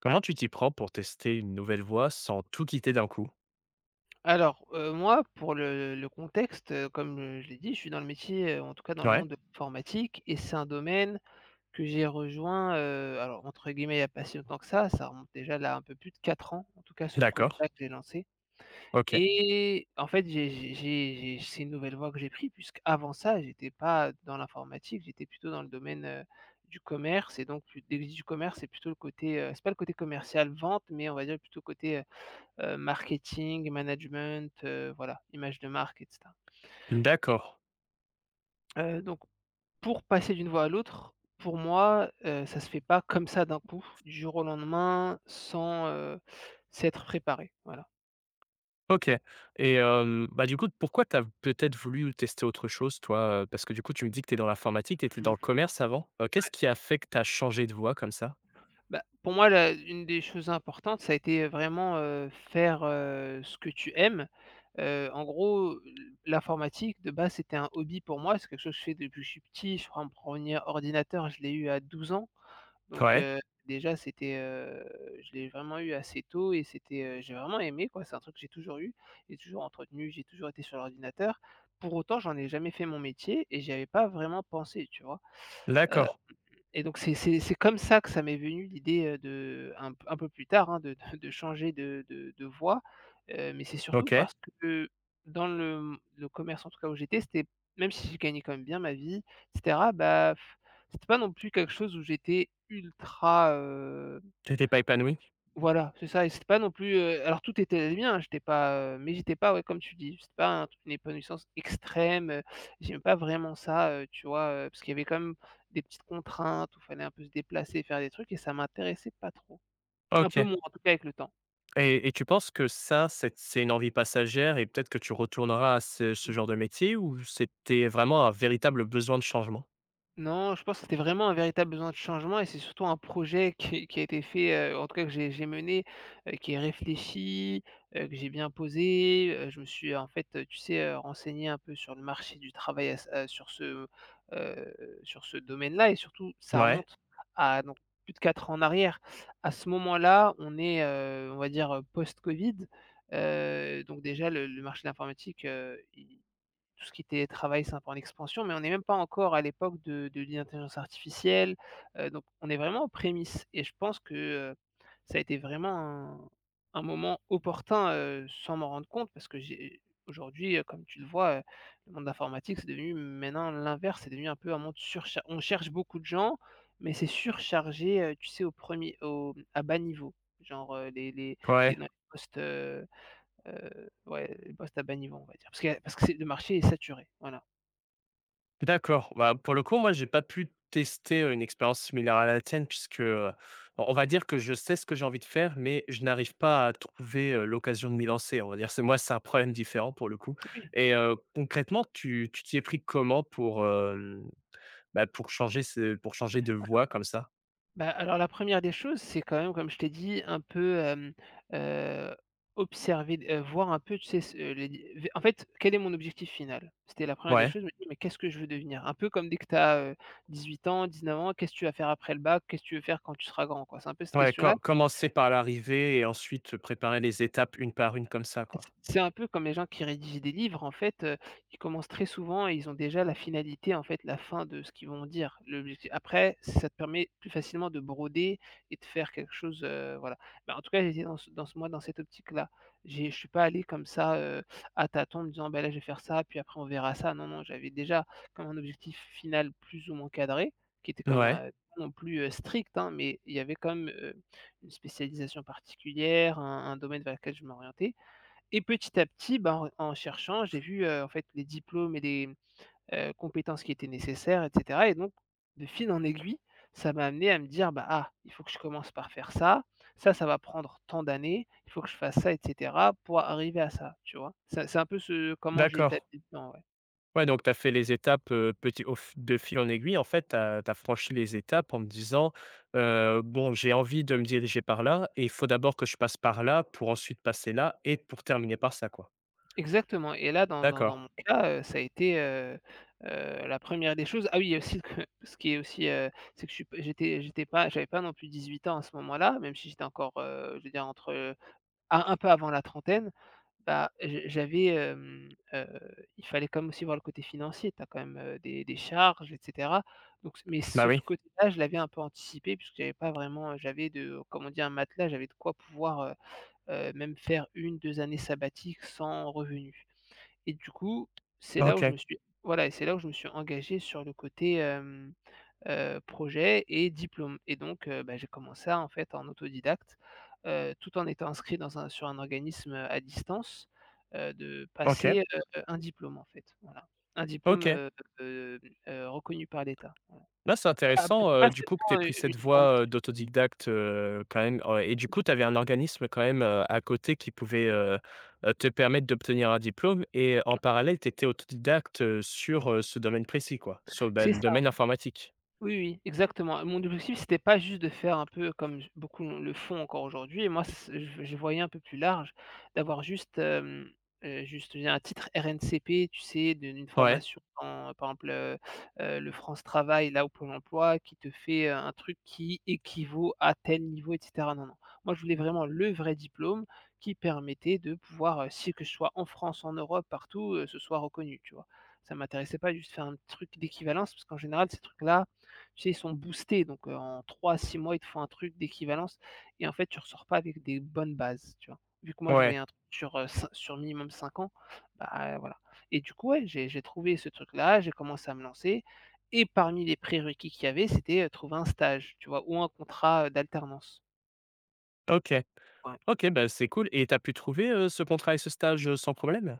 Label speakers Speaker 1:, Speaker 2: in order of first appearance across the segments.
Speaker 1: Comment tu t'y prends pour tester une nouvelle voie sans tout quitter d'un coup?
Speaker 2: Alors, moi, pour le contexte, comme, je l'ai dit, je suis dans le métier, en tout cas dans le
Speaker 1: Ouais,
Speaker 2: monde de l'informatique, et c'est un domaine que j'ai rejoint, alors entre guillemets, il y a pas si longtemps que ça remonte déjà là un peu plus de 4 ans, en tout cas ce
Speaker 1: d'accord,
Speaker 2: projet-là que j'ai lancé.
Speaker 1: OK.
Speaker 2: Et en fait, j'ai c'est une nouvelle voie que j'ai prise, puisque avant ça, j'étais pas dans l'informatique, j'étais plutôt dans le domaine, du commerce. Et donc plus dès que je dis du commerce, c'est plutôt le côté, c'est pas le côté commercial vente, mais on va dire plutôt côté, marketing, management, voilà, image de marque, et cetera.
Speaker 1: D'accord,
Speaker 2: Et donc pour passer d'une voie à l'autre, pour moi, ça se fait pas comme ça d'un coup, du jour au lendemain, sans, s'être préparé, voilà.
Speaker 1: OK bah, du coup, pourquoi tu as peut-être voulu tester autre chose toi, Parce que du coup, tu me dis que tu es dans l'informatique, tu étais dans
Speaker 2: Mmh.
Speaker 1: le commerce avant. Qu'est-ce qui a fait que tu as changé de voie comme ça?
Speaker 2: Bah, pour moi, la une des choses importantes, ça a été vraiment, faire, ce que tu aimes. En gros, l'informatique de base, c'était un hobby pour moi, c'est quelque chose que je fais depuis que je suis petit. Je prends mon premier ordinateur, je l'ai eu à 12 ans. Donc
Speaker 1: Ouais,
Speaker 2: déjà c'était, je l'ai vraiment eu assez tôt, et c'était, j'ai vraiment aimé quoi, c'est un truc que j'ai toujours eu, j'ai toujours entretenu, j'ai toujours été sur l'ordinateur. Pour autant, j'en ai jamais fait mon métier et j'y avais pas vraiment pensé, tu vois?
Speaker 1: d'accord,
Speaker 2: Et donc c'est comme ça que ça m'est venu l'idée, de un peu plus tard, hein, de de changer de voie, mais c'est surtout
Speaker 1: OK.
Speaker 2: parce que dans le, mmh, le commerce, en tout cas, où j'étais, c'était, même si je gagnais quand même bien ma vie et cetera, bah, pff, c'était pas non plus quelque chose où j'étais ultra,
Speaker 1: Tu étais pas épanoui?
Speaker 2: voilà, c'est ça. Et c'était pas non plus, alors tout était bien, hein, j'étais pas, ouais, comme tu dis, c'était pas un une épanouissance extrême, j'aimais pas vraiment ça, tu vois? Parce qu'il y avait quand même des petites contraintes où fallait un peu se déplacer, faire des trucs, et ça m'intéressait pas trop. Un peu
Speaker 1: OK
Speaker 2: moins, en tout cas avec le temps.
Speaker 1: et tu penses que ça, c'est une envie passagère et peut-être que tu retourneras à ce genre de métier, ou c'était vraiment un véritable besoin de changement?
Speaker 2: Non, je pense que c'était vraiment un véritable besoin de changement, et c'est surtout un projet qui a été fait, en tout cas que j'ai mené, qui est réfléchi, que j'ai bien posé, je me suis en fait, tu sais, renseigné un peu sur le marché du travail à heu, sur ce domaine-là. Et surtout ça
Speaker 1: Ouais,
Speaker 2: remonte à donc plus de 4 ans en arrière. À ce moment-là, on est, on va dire, post-covid, donc déjà le marché de l'informatique, tout ce qui était travail c'est un peu en expansion, mais on n'est même pas encore à l'époque de l'intelligence artificielle, donc on est vraiment aux prémices. Et je pense que, ça a été vraiment un moment opportun, sans m'en rendre compte, parce que j'ai aujourd'hui, comme tu le vois, le monde informatique, c'est devenu maintenant l'inverse, c'est devenu un peu un monde surcha on cherche beaucoup de gens, mais c'est surchargé, tu sais, au à bas niveau, genre, les des
Speaker 1: ouais.
Speaker 2: postes. Ouais, les postes à bas niveau, on va dire. Parce que c'est le marché est saturé, voilà.
Speaker 1: D'accord. Bah, pour le coup, moi, j'ai pas pu tester, une expérience similaire à la tienne puisque, on va dire que je sais ce que j'ai envie de faire, mais je n'arrive pas à trouver, l'occasion de m'y lancer, on va dire. C'est moi, c'est un problème différent pour le coup
Speaker 2: Oui.
Speaker 1: et concrètement, tu t'y es pris comment pour, bah, pour changer ce pour changer de voie comme ça?
Speaker 2: Bah, alors la première des choses, c'est quand même, comme je t'ai dit, un peu, heu, observer, voir un peu, tu sais, ce les d en fait, quel est mon objectif final? C'était la première des
Speaker 1: Ouais.
Speaker 2: choses, je me dis: «Mais qu'est-ce que je veux devenir?» Un peu comme dès que tu as, 18 ans, neuf ans, qu'est-ce que tu vas faire après le bac? Qu'est-ce que tu veux faire quand tu seras grand, quoi? C'est un peu cette
Speaker 1: Ouais,
Speaker 2: question-là.
Speaker 1: commencer par l'arrivée et ensuite préparer les étapes une par une comme ça, quoi.
Speaker 2: C'est un peu comme les gens qui rédigent des livres en fait, ils commencent très souvent et ils ont déjà la finalité, en fait, la fin de ce qu'ils vont dire. L'objectif après, ça te permet plus facilement de broder et de faire quelque chose, voilà. Mais en tout cas, j'étais dans ce moi, dans cette optique-là. J'ai Je suis pas allé comme ça, à tâtons, en me disant: «Ben là, je vais faire ça, puis après on verra ça». Non, non, j'avais déjà comme un objectif final plus ou moins cadré, qui était comme
Speaker 1: Ouais,
Speaker 2: même, pas non plus, strict, hein, mais il y avait quand même, une spécialisation particulière, un domaine vers lequel je m'orientais. Et petit à petit, ben, en cherchant, j'ai vu, en fait, les diplômes et les, compétences qui étaient nécessaires, et cetera. Et donc de fil en aiguille, ça m'a amené à me dire: «Bah, ah, il faut que je commence par faire ça, ça, ça va prendre tant d'années, il faut que je fasse ça et cetera pour arriver à ça», tu vois? C'est un peu ce comment j'ai été
Speaker 1: d'accord.
Speaker 2: dedans, ouais.
Speaker 1: Ouais, donc tu as fait les étapes, petit au f de fil en aiguille, en fait, tu as franchi les étapes en me disant: Bon, j'ai envie de me diriger par là et il faut d'abord que je passe par là pour ensuite passer là et pour terminer par ça, quoi».
Speaker 2: Exactement. Et là, dans
Speaker 1: D'accord.
Speaker 2: mon cas, ça a été, la première des choses, ah oui, il y a aussi que ce qui est aussi, c'est que je suis p j'avais pas non plus 18 ans à ce moment-là, même si j'étais encore, je veux dire entre, ah, un peu avant la trentaine, bah, je j'avais, il fallait quand même aussi voir le côté financier. Tu as quand même, des charges et cetera. Donc c Mais
Speaker 1: Bah,
Speaker 2: ce t
Speaker 1: oui.
Speaker 2: côté-là, je l'avais un peu anticipé, puisque j'avais pas vraiment, j'avais, de comme on dit, un matelas, j'avais de quoi pouvoir, même faire une, deux années sabbatiques sans revenus. Et du coup, c'est là où je
Speaker 1: OK.
Speaker 2: me suis, voilà, et c'est là où je me suis engagé sur le côté, hem projet et diplôme. Et donc bah, j'ai commencé en fait en autodidacte, tout en étant inscrit dans un sur un organisme, à distance, de
Speaker 1: OK.
Speaker 2: passer, un diplôme en fait, voilà. Un diplôme,
Speaker 1: OK.
Speaker 2: hem, reconnu par l'État.
Speaker 1: Là, c'est
Speaker 2: Ah,
Speaker 1: intéressant,
Speaker 2: c'est pas
Speaker 1: du coup, que tu aies
Speaker 2: seulement,
Speaker 1: pris cette
Speaker 2: une
Speaker 1: voie,
Speaker 2: formation.
Speaker 1: d'autodidacte, quand même, et du coup, tu avais un organisme quand même, à côté qui pouvait, te permettre d'obtenir un diplôme et en parallèle, tu étais autodidacte, sur, ce domaine précis, quoi? Sur, bah,
Speaker 2: C'est
Speaker 1: le
Speaker 2: ça.
Speaker 1: domaine informatique?
Speaker 2: Oui, oui, exactement. Mon objectif, c'était pas juste de faire un peu comme beaucoup le font encore aujourd'hui. Et moi, je voyais un peu plus large, d'avoir juste, juste je veux dire, un titre RNCP, tu sais, d'une
Speaker 1: Ouais,
Speaker 2: formation, en, par exemple, le France Travail, là, au Pôle emploi, qui te fait un truc qui équivaut à tel niveau, etc. Non, non. Moi, je voulais vraiment le vrai diplôme qui permettait de pouvoir, si que je sois en France, en Europe, partout, ce soit reconnu, tu vois. Ça m'intéressait pas juste faire un truc d'équivalence, parce qu'en général, ces trucs-là, tu sais, ils sont boostés, donc en 3, à 6 mois, ils te font un truc d'équivalence, et en fait, tu ressors pas avec des bonnes bases, tu vois? Vu que moi, je voyais
Speaker 1: ouais,
Speaker 2: un truc sur, cin sur minimum 5 ans, bah, voilà. Et du coup, ouais, j'ai trouvé ce truc-là, j'ai commencé à me lancer. Et parmi les prérequis qu'il y avait, c'était, trouver un stage, tu vois? Ou un contrat, d'alternance.
Speaker 1: OK.
Speaker 2: Ouais.
Speaker 1: OK, bah, c'est cool et t'as pu trouver, ce contrat et ce stage, sans problème?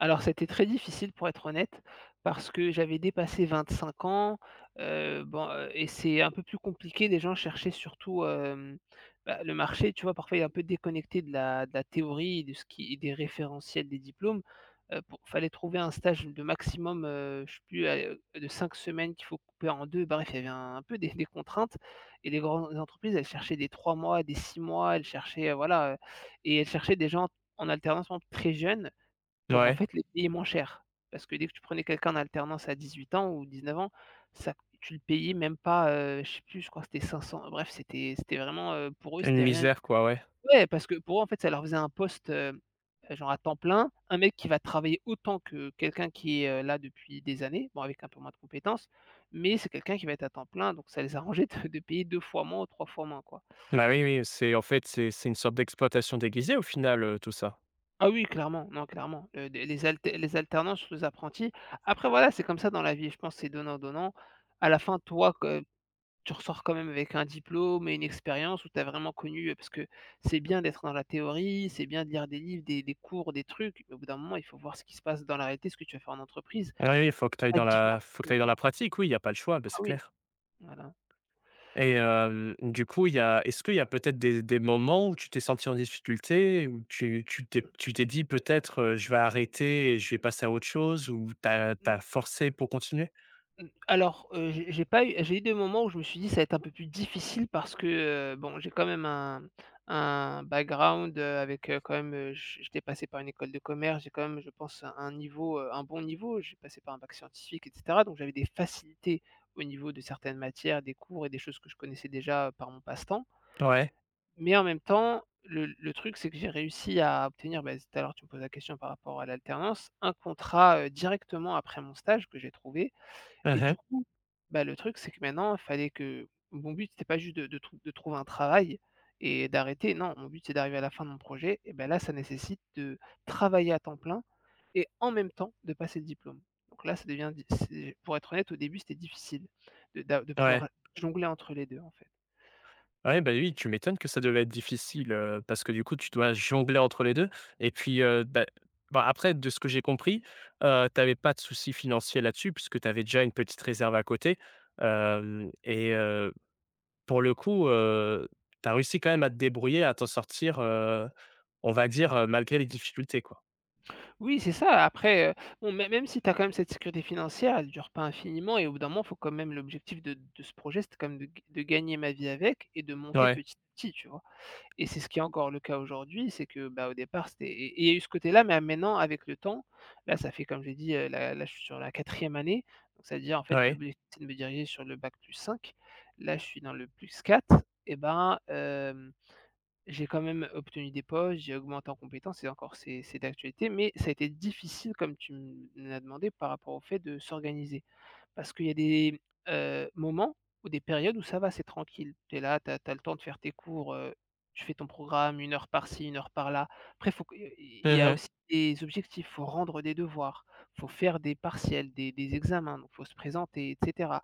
Speaker 2: Alors, c'était très difficile pour être honnête, parce que j'avais dépassé 25 ans, bon, et c'est un peu plus compliqué. Les gens cherchaient surtout, bah, le marché, tu vois? Parfois, il est un peu déconnecté de la théorie, de ce qui des référentiels des diplômes. Il fallait trouver un stage de maximum, je sais plus, de 5 semaines qu'il faut couper en 2. Bref, il y avait un peu des contraintes, et les grandes entreprises, elles cherchaient des 3 mois, des 6 mois, elles cherchaient, voilà, et elles cherchaient des gens en alternance, par exemple, très jeunes, pour en
Speaker 1: Ouais,
Speaker 2: fait les payer moins cher. Parce que dès que tu prenais quelqu'un en alternance à 18 ans ou 19 ans, ça, tu le payais même pas, je sais plus, je crois que c'était 500, bref, c'était vraiment, pour eux,
Speaker 1: une
Speaker 2: c'était rien.
Speaker 1: misère quoi, ouais.
Speaker 2: Ouais, parce que pour eux, en fait, ça leur faisait un poste, genre à temps plein. Un mec qui va travailler autant que quelqu'un qui est, là depuis des années, bon avec un peu moins de compétences, mais c'est quelqu'un qui va être à temps plein, donc ça les arrangeait de payer 2 fois moins ou 3 fois moins, quoi.
Speaker 1: Bah, oui, oui, c'est en fait, c'est une sorte d'exploitation déguisée au final, tout ça?
Speaker 2: Ah oui, clairement, non, clairement. Le des les alter les alternants, surtout les apprentis. Après voilà, c'est comme ça dans la vie, je pense que c'est donnant-donnant. À la fin, toi, que tu ressors quand même avec un diplôme et une expérience où tu as vraiment connu parce que c'est bien d'être dans la théorie, c'est bien de lire des livres, des cours, des trucs, mais au bout d'un moment, il faut voir ce qui se passe dans la réalité, ce que tu vas faire en entreprise.
Speaker 1: Ah oui, il faut que tu ailles
Speaker 2: Ça
Speaker 1: dans
Speaker 2: diffère
Speaker 1: la faut que
Speaker 2: un
Speaker 1: tu dans la
Speaker 2: quoi.
Speaker 1: pratique, oui, il y a pas le choix, beh,
Speaker 2: Ah
Speaker 1: c'est
Speaker 2: oui,
Speaker 1: clair.
Speaker 2: voilà.
Speaker 1: Et du coup, il y a est-ce qu'il y a peut-être des moments où tu t'es senti en difficulté, où tu t'es tu t'es dit: «Peut-être, je vais arrêter et je vais passer à autre chose», ou t'as forcé pour continuer?
Speaker 2: Mmh, alors, j'ai pas eu j'ai eu des moments où je me suis dit: «Ça va être un peu plus difficile» parce que, bon, j'ai quand même un background, avec, quand même, heu, j'étais passé par une école de commerce, j'ai quand même, je pense, un niveau, un bon niveau. J'ai passé par un bac scientifique et cetera, donc j'avais des facilités au niveau de certaines matières, des cours et des choses que je connaissais déjà par mon passe-temps.
Speaker 1: Ouais.
Speaker 2: Mais en même temps, le truc, c'est que j'ai réussi à obtenir, bah, tout à l'heure, tu me poses la question par rapport à l'alternance, un contrat, directement après mon stage que j'ai trouvé et du
Speaker 1: Mmh.
Speaker 2: coup, bah, le truc, c'est que maintenant, il fallait que mon but, c'était pas juste de trouver un travail et d'arrêter. Non, mon but, c'est d'arriver à la fin de mon projet et ben là, ça nécessite de travailler à temps plein et en même temps de passer le diplôme. Donc là, ça devient di c'est pour être honnête, au début, c'était difficile de
Speaker 1: Ouais.
Speaker 2: pouvoir jongler entre les 2, en fait.
Speaker 1: Ouais, bah, oui, tu m'étonnes que ça devait être difficile, parce que du coup, tu dois jongler entre les 2 et puis, bah, après de ce que j'ai compris, tu avais pas de soucis financiers là-dessus puisque tu avais déjà une petite réserve à côté, hem et pour le coup, tu as réussi quand même à te débrouiller, à t'en sortir, on va dire, malgré les difficultés, quoi?
Speaker 2: Oui, c'est ça. Après, bon, mê même si tu as quand même cette sécurité financière, elle ne dure pas infiniment et au bout d'un moment, faut quand même l'objectif de ce projet, c'était quand même de gagner ma vie avec et de monter
Speaker 1: Ouais,
Speaker 2: petit à petit, tu vois? Et c'est ce qui est encore le cas aujourd'hui, c'est que, bah, au départ, c'était et il y a eu ce côté-là, mais maintenant, avec le temps, là, ça fait comme j'ai dit, là, je suis sur la 4e année, donc ça veut dire, en fait,
Speaker 1: ouais.
Speaker 2: l'objectif, c'est de me diriger sur le bac +5. Là, je suis dans le +4, et ben, j'ai quand même obtenu des postes, j'ai augmenté en compétences et encore c'est d'actualité, mais ça a été difficile, comme tu me l'as demandé, par rapport au fait de s'organiser. Parce qu'il y a des, moments ou des périodes où ça va, c'est tranquille. Tu es là, tu as le temps de faire tes cours, tu fais ton programme une heure par-ci, une heure par-là. Après faut que il y a
Speaker 1: Mmh.
Speaker 2: aussi des objectifs, faut rendre des devoirs, faut faire des partiels, des examens, donc faut se présenter et cetera.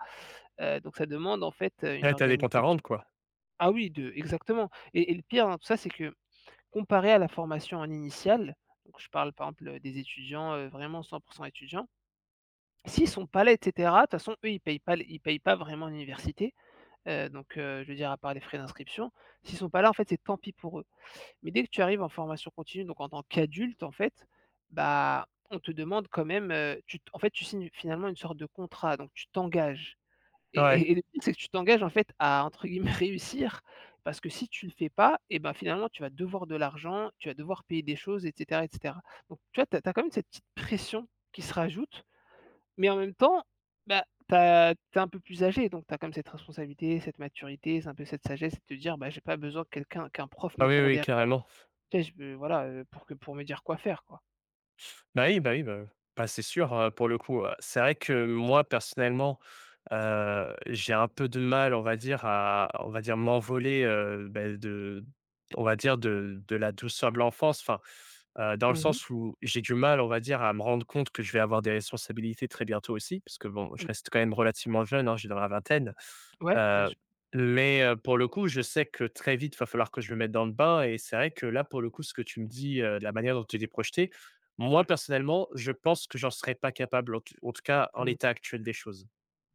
Speaker 2: Donc ça demande en fait, une
Speaker 1: Ouais, tu des comptes à
Speaker 2: organisation.
Speaker 1: rendre, quoi?
Speaker 2: Ah oui, de exactement et le pire dans tout ça, c'est que comparé à la formation en initiale, donc je parle par exemple, des étudiants, vraiment 100 étudiants, si, son palais et cetera, de toute façon, eux, ils payent pas les ils payent pas vraiment l'université, donc je veux dire à part les frais d'inscription. S'ils sont pas là, en fait, c'est tant pis pour eux. Mais dès que tu arrives en formation continue, donc en tant qu'adulte, en fait, bah, on te demande quand même, tu t en fait, tu signes finalement une sorte de contrat, donc tu t'engages et
Speaker 1: Ouais.
Speaker 2: et et le truc, c'est que tu t'engages, en fait, à entre guillemets «réussir» parce que si tu le fais pas et ben, finalement, tu vas devoir de l'argent, tu vas devoir payer des choses et cetera et cetera. Donc tu vois, tu as quand même cette petite pression qui se rajoute mais en même temps, bah, tu as un peu plus âgé, donc t'as comme cette responsabilité, cette maturité, c'est un peu cette sagesse de te dire: «Bah, j'ai pas besoin que quelqu'un qu'un prof
Speaker 1: Ah
Speaker 2: me
Speaker 1: oui,
Speaker 2: court
Speaker 1: oui,
Speaker 2: derrière
Speaker 1: carrément.
Speaker 2: la chaise, voilà, pour que pour me dire quoi faire, quoi».
Speaker 1: Bah oui, bah oui, bah, c'est sûr, pour le coup, c'est vrai que moi personnellement, j'ai un peu de mal, on va dire, à on va dire m'envoler, beh, de on va dire de la douceur de l'enfance. Enfin, dans le
Speaker 2: Mmh mh,
Speaker 1: sens où j'ai du mal, on va dire, à me rendre compte que je vais avoir des responsabilités très bientôt aussi, parce que bon, je
Speaker 2: mmh.
Speaker 1: reste quand même relativement jeune, hein, j'ai dans la vingtaine.
Speaker 2: Ouais, bien
Speaker 1: Heu,
Speaker 2: sûr.
Speaker 1: mais pour le coup, je sais que très vite, il va falloir que je me mette dans le bain et c'est vrai que là, pour le coup, ce que tu me dis, de la manière dont tu t'es projeté, moi, personnellement, je pense que j'en serais pas capable, en tout cas en
Speaker 2: Mmh.
Speaker 1: l'état actuel des choses.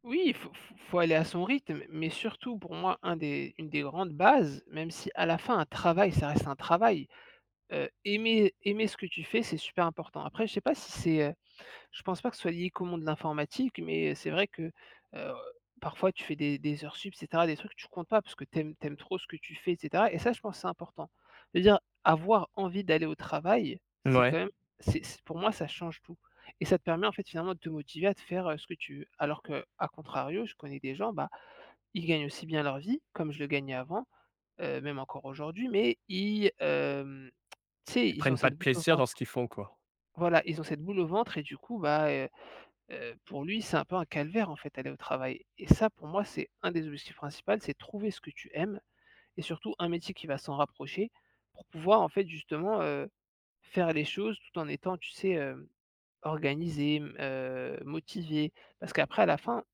Speaker 2: Oui, il faut aller à son rythme, mais surtout pour moi, un des une des grandes bases, même si à la fin un travail, ça reste un travail, heu, aimer ce que tu fais, c'est super important. Après, je sais pas si c'est, heu. Je pense pas que ce soit lié qu'au monde de l'informatique, mais c'est vrai que, heu, parfois tu fais des heures sup et cetera, des trucs que tu comptes pas parce que t'aimes aimes trop ce que tu fais et cetera et ça je pense que c'est important. C'est-à-dire avoir envie d'aller au travail, c'est quand
Speaker 1: Ouais.
Speaker 2: même c'est pour moi ça change tout et ça te permet en fait finalement de te motiver à te faire, ce que tu veux. Alors que, à contrario, je connais des gens, bah, ils gagnent aussi bien leur vie comme je le gagnais avant, même encore aujourd'hui, mais ils, tu sais,
Speaker 1: Elles
Speaker 2: ils ont
Speaker 1: prennent pas de
Speaker 2: cette boule au
Speaker 1: plaisir dans ce
Speaker 2: ventre.
Speaker 1: qu'ils font, quoi.
Speaker 2: Voilà, ils ont cette boule au ventre et du coup, bah, pour lui, c'est un peu un calvaire, en fait, aller au travail et ça, pour moi, c'est un des objectifs principaux, c'est trouver ce que tu aimes et surtout un métier qui va s'en rapprocher pour pouvoir, en fait, justement, faire les choses tout en étant, tu sais, organisé, mmh, motivé. Parce qu'après, à la fin,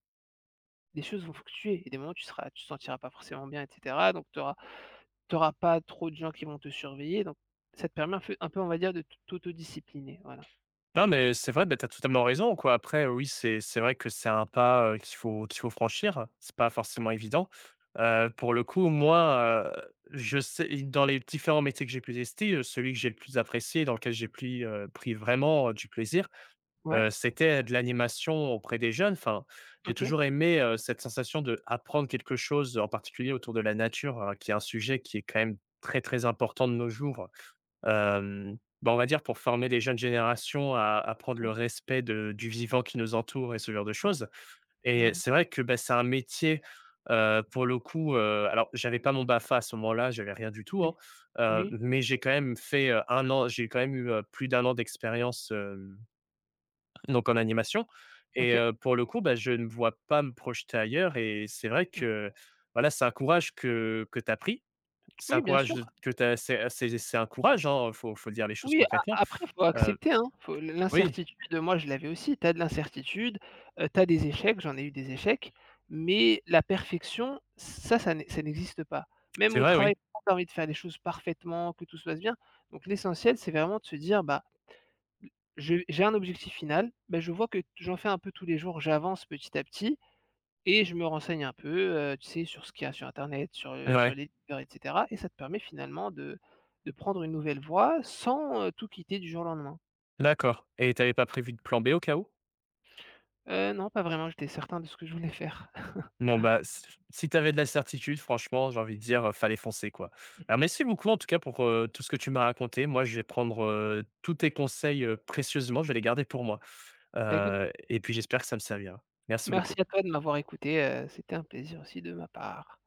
Speaker 2: les choses vont fluctuer et des moments, tu te sentiras pas forcément bien et cetera donc tu auras pas trop de gens qui vont te surveiller donc ça te permet un peu, on va dire, de t'autodiscipliner, voilà.
Speaker 1: Non, mais c'est vrai, bah, tu as totalement raison, quoi. Après, oui, c'est vrai que c'est un pas, qu'il faut franchir. C'est pas forcément évident. Pour le coup, moi, je sais dans les différents métiers que j'ai pu tester, celui que j'ai le plus apprécié, dans lequel j'ai pris, pris vraiment, du plaisir,
Speaker 2: Ouais,
Speaker 1: c'était de l'animation auprès des jeunes. Enfin, j'ai
Speaker 2: OK.
Speaker 1: toujours aimé, cette sensation de apprendre quelque chose, en particulier autour de la nature, qui est un sujet qui est quand même très, très important de nos jours. Bah, on va dire pour former les jeunes générations à prendre le respect de du vivant qui nous entoure et ce genre de choses, et
Speaker 2: Oui,
Speaker 1: c'est vrai que, bah, c'est un métier, pour le coup, alors j'avais pas mon BAFA à ce moment-là, j'avais rien du tout,
Speaker 2: oui.
Speaker 1: hein,
Speaker 2: Oui,
Speaker 1: mais j'ai quand même fait, 1 an, j'ai quand même eu, plus d'un an d'expérience, donc en animation, et
Speaker 2: OK.
Speaker 1: pour le coup, bah, je ne vois pas me projeter ailleurs et c'est vrai
Speaker 2: Mmh.
Speaker 1: que, voilà, c'est un courage que tu as pris. C'est un
Speaker 2: Oui, bien
Speaker 1: courage
Speaker 2: sûr.
Speaker 1: de que t'as. C'est un courage, hein, faut dire les choses
Speaker 2: Oui, a
Speaker 1: concrètement.
Speaker 2: après faut
Speaker 1: Heu,
Speaker 2: accepter, hein, faut
Speaker 1: oui,
Speaker 2: l'incertitude, moi je l'avais aussi, tu as de l'incertitude, tu as des échecs, j'en ai eu des échecs, mais la perfection, ça n'existe pas. Même
Speaker 1: c'est
Speaker 2: au
Speaker 1: vrai,
Speaker 2: travail,
Speaker 1: oui.
Speaker 2: parfois tu as envie de faire les choses parfaitement, que tout se passe bien, donc l'essentiel, c'est vraiment de se dire: «Bah, je j'ai un objectif final, bah, je vois que j'en fais un peu tous les jours, j'avance petit à petit». Et je me renseigne un peu, tu sais, sur ce qu'il y a sur internet, sur, sur
Speaker 1: Ouais,
Speaker 2: les livres et cetera et ça te permet finalement de prendre une nouvelle voie sans, tout quitter du jour au lendemain.
Speaker 1: d'accord, et t'avais pas prévu de plan B au cas où?
Speaker 2: Non, pas vraiment, j'étais certain de ce que je voulais faire.
Speaker 1: Non, bah, s si tu avais de la certitude, franchement, j'ai envie de dire, fallait foncer, quoi. Alors merci beaucoup en tout cas pour, tout ce que tu m'as raconté. Moi, je vais prendre, tous tes conseils, précieusement, je vais les garder pour moi,
Speaker 2: Bah, écoute,
Speaker 1: et puis j'espère que ça me servira. Merci beaucoup.
Speaker 2: merci à toi de m'avoir écouté, c'était un plaisir aussi de ma part.